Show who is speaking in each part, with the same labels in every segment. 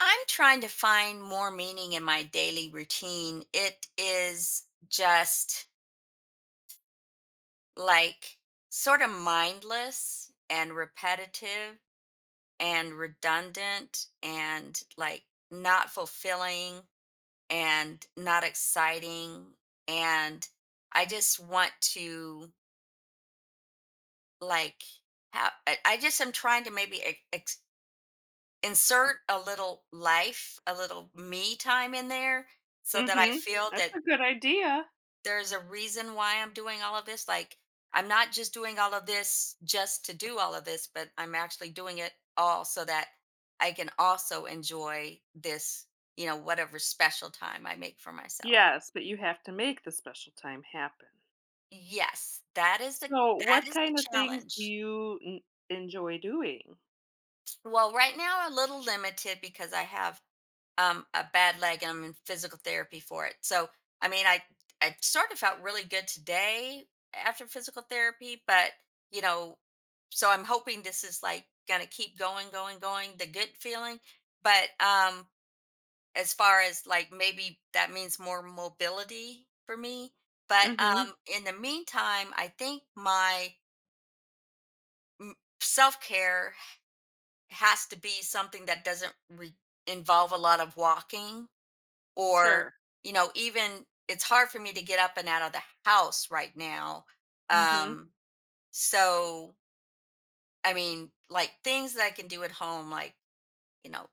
Speaker 1: I'm trying to find more meaning in my daily routine. It is just like sort of mindless and repetitive and redundant and not fulfilling and not exciting. And I just want to like have, I just am trying to maybe insert a little life, a little me time in there so that I
Speaker 2: Mhm.
Speaker 1: feel
Speaker 2: That's
Speaker 1: that
Speaker 2: a good idea.
Speaker 1: there's a reason why I'm doing all of this. Like, I'm not just doing all of this just to do all of this, but I'm actually doing it all so that I can also enjoy this, whatever special time I make for myself.
Speaker 2: Yes, but you have to make the special time happen.
Speaker 1: Yes,
Speaker 2: So,
Speaker 1: that
Speaker 2: what
Speaker 1: is the
Speaker 2: kind of things do
Speaker 1: challenge.
Speaker 2: you enjoy doing?
Speaker 1: Well, right now a little limited because I have a bad leg and I'm in physical therapy for it. So, I mean, I sort of felt really good today after physical therapy, but, you know, so I'm hoping this is like going to keep going, going, going, the good feeling. But as far as like maybe that means more mobility for me. But
Speaker 2: Mhm.
Speaker 1: in the meantime, I think my self care has to be something that doesn't involve a lot of walking or,
Speaker 2: Sure.
Speaker 1: you know, even it's hard for me to get up and out of the house right now
Speaker 2: Mhm.
Speaker 1: um so I mean, things that I can do at home, like, you know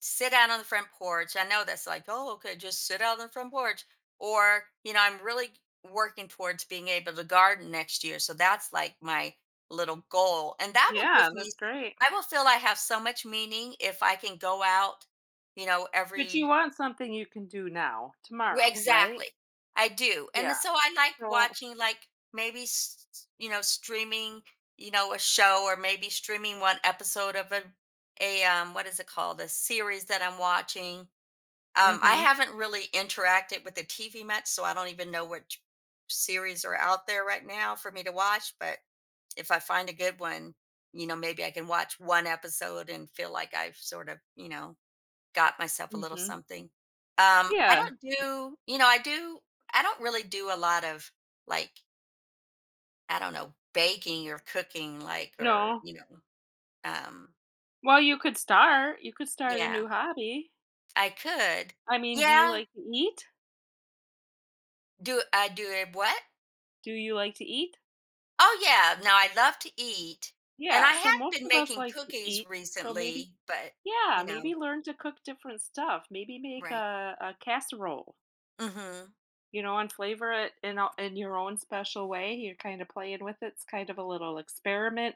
Speaker 1: sit out on the front porch. I know that's like, oh, okay, just sit out on the front porch. Or, I'm really working towards being able to garden next year, so that's like my little goal, and that will give
Speaker 2: Yeah,
Speaker 1: me,
Speaker 2: that's great.
Speaker 1: I will feel I have so much meaning if I can go out, you know
Speaker 2: But you
Speaker 1: every
Speaker 2: want something you can do now,
Speaker 1: Re
Speaker 2: tomorrow, right?
Speaker 1: exactly. I do, and
Speaker 2: Yeah.
Speaker 1: so I like
Speaker 2: So,
Speaker 1: watching, like, maybe s you know, streaming, a show, or maybe streaming 1 episode of a, what is it called? A series that I'm watching. I
Speaker 2: mhm.
Speaker 1: haven't really interacted with the TV much, so I don't even know which series are out there right now for me to watch. But if I find a good one, maybe I can watch 1 episode and feel like I've sort of, you know, got myself a little
Speaker 2: Mhm.
Speaker 1: something. I
Speaker 2: Yeah.
Speaker 1: don't, I do, I don't really do a lot of, like, I don't know, baking or cooking, like, or,
Speaker 2: No.
Speaker 1: you know, um
Speaker 2: Well, you could start. You could start a
Speaker 1: Yeah,
Speaker 2: new hobby.
Speaker 1: I could.
Speaker 2: I mean, do you
Speaker 1: Yeah.
Speaker 2: like to eat?
Speaker 1: Do I do a what?
Speaker 2: Do you like to eat?
Speaker 1: Oh, yeah. Now I love to eat, and
Speaker 2: Yeah,
Speaker 1: I
Speaker 2: so
Speaker 1: have
Speaker 2: most
Speaker 1: been
Speaker 2: of us
Speaker 1: making
Speaker 2: like to
Speaker 1: cookies
Speaker 2: eat. So maybe
Speaker 1: recently, but,
Speaker 2: Yeah,
Speaker 1: you know.
Speaker 2: maybe learn to cook different stuff. Maybe make
Speaker 1: Right.
Speaker 2: a casserole,
Speaker 1: Mhm.
Speaker 2: you know, and flavor it in your own special way. You're kind of playing with it. It's kind of a little experiment.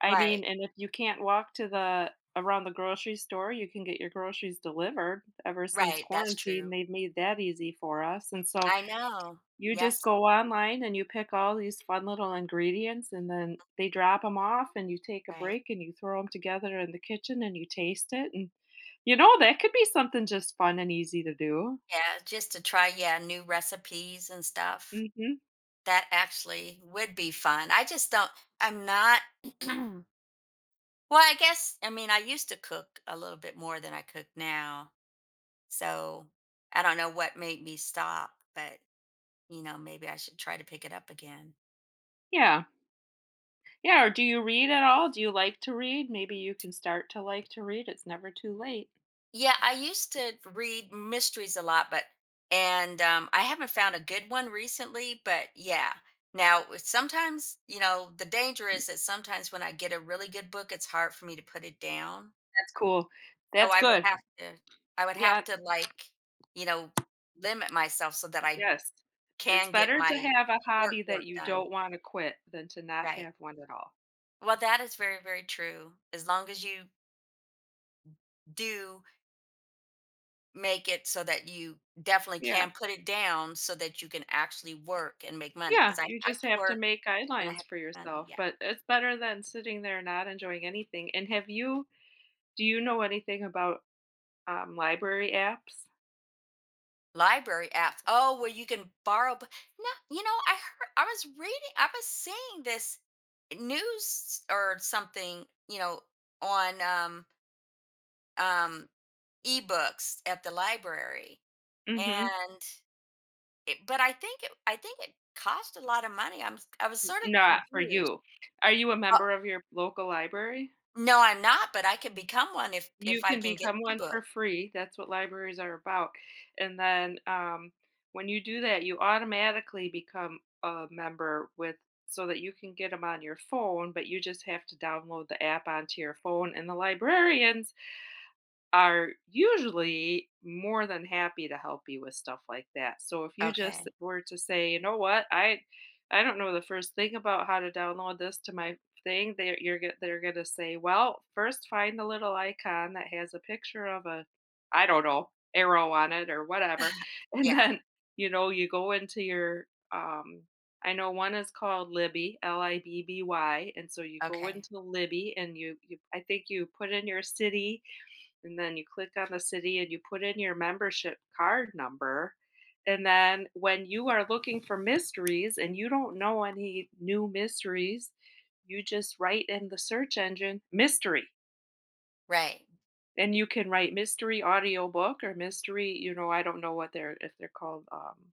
Speaker 2: I
Speaker 1: Right,
Speaker 2: mean, and if you can't walk to the around the grocery store, you can get your groceries delivered. Ever since
Speaker 1: right, that's
Speaker 2: quarantine,
Speaker 1: true.
Speaker 2: they've made that easy for us. And so
Speaker 1: I know.
Speaker 2: you just
Speaker 1: Yes,
Speaker 2: go online and you pick all these fun little ingredients and then they drop them off and you take a
Speaker 1: right.
Speaker 2: break and you throw them together in the kitchen and you taste it and you know, that could be something just fun and easy to do.
Speaker 1: Yeah, just to try, yeah, new recipes and stuff.
Speaker 2: Mhm.
Speaker 1: That actually would be fun. I just don't, I'm not, well, I guess, I mean, I used to cook a little bit more than I cook now. So I don't know what made me stop, but, maybe I should try to pick it up again.
Speaker 2: Yeah. Yeah, or do you read at all? Do you like to read? Maybe you can start to like to read. It's never too late.
Speaker 1: Yeah, I used to read mysteries a lot, but, and I haven't found a good one recently. But yeah, now it's sometimes, you know, the danger is that sometimes when I get a really good book, it's hard for me to put it down.
Speaker 2: That's cool.
Speaker 1: So
Speaker 2: That's
Speaker 1: I would
Speaker 2: good.
Speaker 1: have to, I would have
Speaker 2: Yeah,
Speaker 1: to, like, you know limit myself so that I
Speaker 2: yes. It's
Speaker 1: can get
Speaker 2: better to
Speaker 1: my
Speaker 2: have a
Speaker 1: work
Speaker 2: hobby that
Speaker 1: work
Speaker 2: you
Speaker 1: done.
Speaker 2: don't wanna quit than to not
Speaker 1: Right.
Speaker 2: have one at all.
Speaker 1: Well, that is very true. As long as you do, make it so that you definitely
Speaker 2: Yeah.
Speaker 1: can put it down so that you can actually work and make money.
Speaker 2: Yeah,
Speaker 1: Because I
Speaker 2: you
Speaker 1: have
Speaker 2: just
Speaker 1: to
Speaker 2: have to
Speaker 1: work
Speaker 2: make
Speaker 1: and I
Speaker 2: guidelines
Speaker 1: have
Speaker 2: for
Speaker 1: money,
Speaker 2: yourself,
Speaker 1: yeah.
Speaker 2: but it's better than sitting there not enjoying anything, and have you do you know anything about, library apps?
Speaker 1: Library apps, oh, where you can borrow b no, you know, I heard I was reading I was seeing this news or something, you know, on, um, ebooks at the library,
Speaker 2: Mhm.
Speaker 1: and it but I think it cost a lot of money. I'm s I am I was sort of
Speaker 2: Not for
Speaker 1: confused.
Speaker 2: you. Are you a member of your local library?
Speaker 1: No, I'm not, but I could become one if
Speaker 2: You
Speaker 1: I
Speaker 2: can
Speaker 1: can get
Speaker 2: become
Speaker 1: the
Speaker 2: one
Speaker 1: book.
Speaker 2: for free. That's what libraries are about, and then, when you do that, you automatically become a member with so that you can get them on your phone, but you just have to download the app onto your phone, and the librarians are usually more than happy to help you with stuff like that. So if you just
Speaker 1: Okay.
Speaker 2: were to say, you know what, I don't know the first thing about how to download this to my thing, they're gonna say, well, first find the little icon that has a picture of a, I don't know, arrow on it or whatever, and
Speaker 1: Yeah.
Speaker 2: then you know you go into your um. I know one is called Libby, L I B B Y, and so you go
Speaker 1: Okay.
Speaker 2: into Libby and you I think you put in your city and then you click on the city and you put in your membership card number. And then when you are looking for mysteries and you don't know any new mysteries, you just write in the search engine mystery.
Speaker 1: Right.
Speaker 2: And you can write mystery audiobook or mystery, you know, I don't know what they're if they're called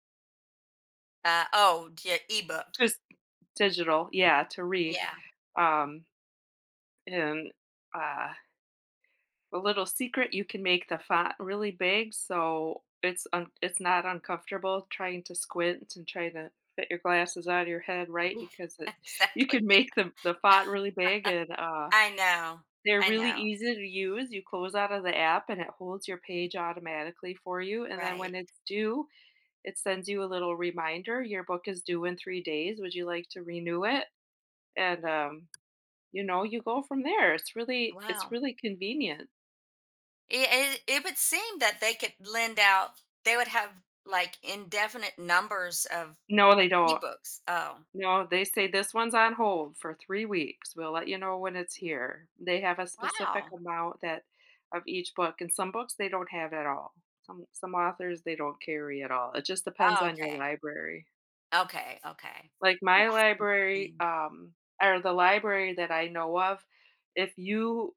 Speaker 1: Oh, yeah, ebook.
Speaker 2: just digital, yeah, to read.
Speaker 1: Yeah.
Speaker 2: Um and uh A little secret, you can make the font really big so it's un it's not uncomfortable trying to squint and try to fit your glasses out of your head, right?
Speaker 1: Yeah.
Speaker 2: Because it you
Speaker 1: Exactly.
Speaker 2: can make the font really big and,
Speaker 1: I know.
Speaker 2: they're
Speaker 1: I
Speaker 2: really
Speaker 1: know.
Speaker 2: easy to use. You close out of the app and it holds your page automatically for you, and then
Speaker 1: Right.
Speaker 2: when it's due, it sends you a little reminder, "Your book is due in 3 days. Would you like to renew it?" And, you know, you go from there. It's
Speaker 1: Wow.
Speaker 2: really convenient.
Speaker 1: It would seem that they could lend out, they would have like indefinite numbers of
Speaker 2: No, they don't.
Speaker 1: ebooks. Oh,
Speaker 2: No, they say this one's on hold for 3 weeks. We'll let you know when it's here. They have a specific
Speaker 1: wow.
Speaker 2: amount that of each book, and some books they don't have at all. Some authors, they don't carry at all. It just depends
Speaker 1: Oh,
Speaker 2: on your
Speaker 1: okay.
Speaker 2: library.
Speaker 1: Okay. Okay.
Speaker 2: Like
Speaker 1: Well,
Speaker 2: my
Speaker 1: that's
Speaker 2: library,
Speaker 1: interesting.
Speaker 2: or the library that I know of, if you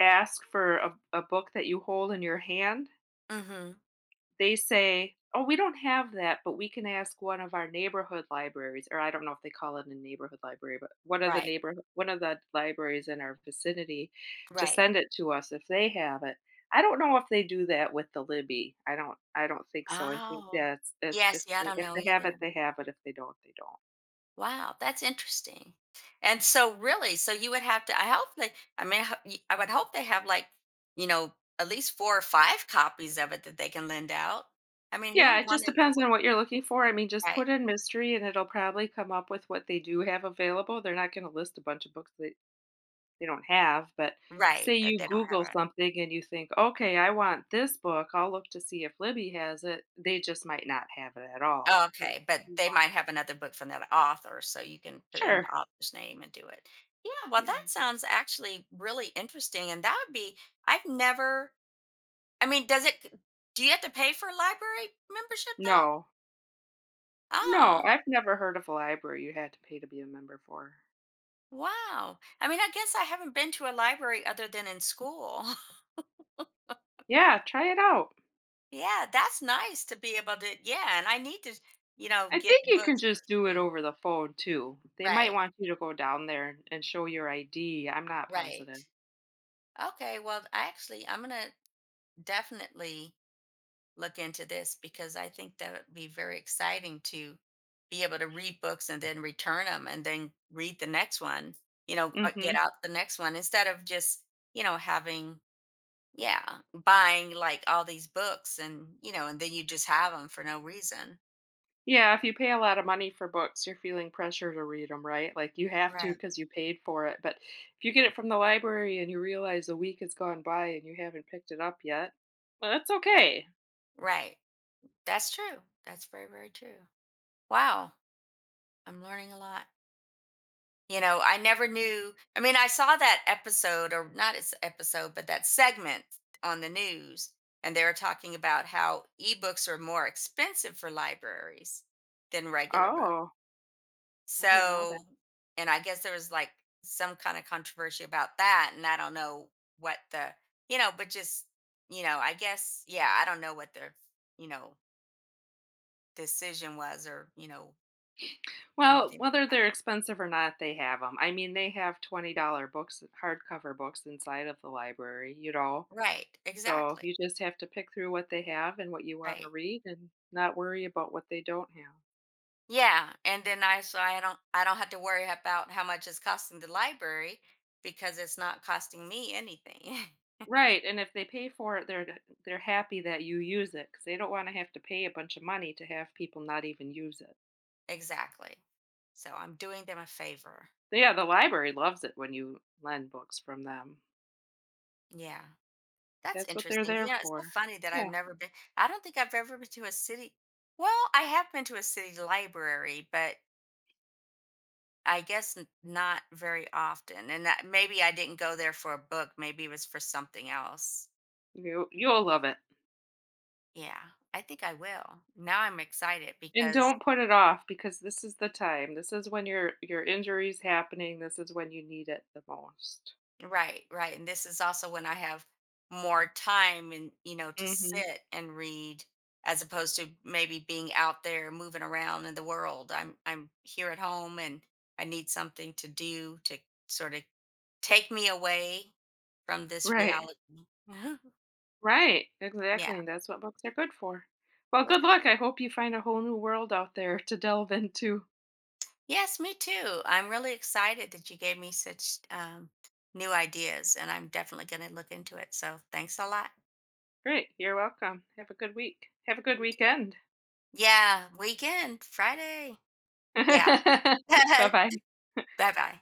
Speaker 2: ask for a book that you hold in your hand,
Speaker 1: Mm-hmm.
Speaker 2: they say, "Oh, we don't have that, but we can ask one of our neighborhood libraries," or I don't know if they call it a neighborhood library, but one of the
Speaker 1: Right.
Speaker 2: neighbor one of the libraries in our vicinity to
Speaker 1: Right.
Speaker 2: send it to us if they have it. I don't know if they do that with the Libby. I don't think so. I think
Speaker 1: Oh.
Speaker 2: that's if if
Speaker 1: Yes. Yeah, I don't
Speaker 2: if
Speaker 1: know
Speaker 2: they have it,
Speaker 1: either.
Speaker 2: they have it. If they don't, they don't.
Speaker 1: Wow, that's interesting. And so really, so you would have to, I hope they I mean, I ho- y- I would hope they have, like, you know, at least four or five copies of it that they can lend out. I mean, who
Speaker 2: Yeah,
Speaker 1: would
Speaker 2: it
Speaker 1: want
Speaker 2: just
Speaker 1: to
Speaker 2: depends on what you're looking for. I mean, just
Speaker 1: right,
Speaker 2: put in mystery and it'll probably come up with what they do have available. They're not going to list a bunch of books that they don't have, but
Speaker 1: right,
Speaker 2: say
Speaker 1: that
Speaker 2: you
Speaker 1: they don't
Speaker 2: Google
Speaker 1: have it.
Speaker 2: something and you think, okay, I want this book. I'll look to see if Libby has it. They just might not have it at all.
Speaker 1: Oh,
Speaker 2: Or,
Speaker 1: okay, but
Speaker 2: you
Speaker 1: they
Speaker 2: know,
Speaker 1: might have another book from that author, so you can put in
Speaker 2: sure.
Speaker 1: the author's name and do it. Yeah, well, that
Speaker 2: Yeah.
Speaker 1: sounds actually really interesting. And that would be, I've never I mean, does it do you have to pay for a library membership, though?
Speaker 2: No. No,
Speaker 1: Oh,
Speaker 2: I've never heard of a library you had to pay to be a member for.
Speaker 1: wow. I mean, I guess I haven't been to a library other than in school.
Speaker 2: Yeah, try it out.
Speaker 1: Yeah, that's nice to be able to, yeah, and I need to,
Speaker 2: I think
Speaker 1: get
Speaker 2: you can
Speaker 1: books for
Speaker 2: just do it
Speaker 1: free.
Speaker 2: over the phone too. They might
Speaker 1: Right,
Speaker 2: want you to go down there and show your ID. I'm not
Speaker 1: right.
Speaker 2: positive.
Speaker 1: Okay, well, actually, I'm gonna definitely look into this because I think that would be very exciting to be able to read books and then return them and then read the next one, get
Speaker 2: Hmm.
Speaker 1: out the next one instead of just, you know, having, yeah, buying like all these books and, and then you just have them for no reason.
Speaker 2: Yeah, if you pay a lot of money for books, you're feeling pressure to read them, right? Like you have to
Speaker 1: Right.
Speaker 2: because you paid for it. But if you get it from the library and you realize a week has gone by and you haven't picked it up yet, well, that's okay.
Speaker 1: Right. That's true. That's very, very true. Wow. I'm learning a lot. You know, I never knew. I mean, I saw that episode, or not its episode, but that segment on the news, and they were talking about how ebooks are more expensive for libraries than regular books.
Speaker 2: Oh, I didn't know that.
Speaker 1: So, and I guess there was like some kind of controversy about that, and I don't know what the, but just, I guess, yeah, I don't know what their, you know, decision was, or, you know,
Speaker 2: Well,
Speaker 1: anything
Speaker 2: whether
Speaker 1: like that.
Speaker 2: they're expensive or not, they have them. I mean, they have $20 books, hardcover books inside of the library, you know?
Speaker 1: Right.
Speaker 2: So
Speaker 1: Exactly.
Speaker 2: you just have to pick through what they have and what you want to
Speaker 1: Right.
Speaker 2: read and not worry about what they don't have.
Speaker 1: Yeah, and then I don't have to worry about how much it's costing the library, because it's not costing me anything.
Speaker 2: Right, and if they pay for it, they're happy that you use it because they don't wanna have to pay a bunch of money to have people not even use it.
Speaker 1: Exactly. So I'm doing them a favor.
Speaker 2: Yeah, the library loves it when you lend books from them.
Speaker 1: Yeah. That's
Speaker 2: That's what they're
Speaker 1: interesting. You
Speaker 2: there
Speaker 1: know, it's so
Speaker 2: for.
Speaker 1: funny that I've
Speaker 2: Yeah,
Speaker 1: never been I don't think I've ever been to a city. Well, I have been to a city library, but I guess not very often. And that, maybe I didn't go there for a book, maybe it was for something else.
Speaker 2: you'll love it.
Speaker 1: Yeah. I think I will. Now I'm excited
Speaker 2: And
Speaker 1: because
Speaker 2: don't put it off because this is the time. This is when your injury's happening. This is when you need it the most.
Speaker 1: right, right. And this is also when I have more time and, to
Speaker 2: Mhm.
Speaker 1: sit and read, as opposed to maybe being out there moving around in the world. I'm here at home and I need something to do to sort of take me away from this
Speaker 2: Right.
Speaker 1: reality. Mhm.
Speaker 2: Right,
Speaker 1: Yeah.
Speaker 2: exactly, that's what books are good for. Well,
Speaker 1: Yes.
Speaker 2: good luck. I hope you find a whole new world out there to delve into.
Speaker 1: Yes, me too. I'm really excited that you gave me such, new ideas, and I'm definitely going to look into it. So, thanks a lot.
Speaker 2: Great. You're welcome. Have a good week. Have a good
Speaker 1: You too.
Speaker 2: weekend.
Speaker 1: Yeah, weekend, Friday. Yeah.
Speaker 2: Bye-bye.
Speaker 1: Bye-bye.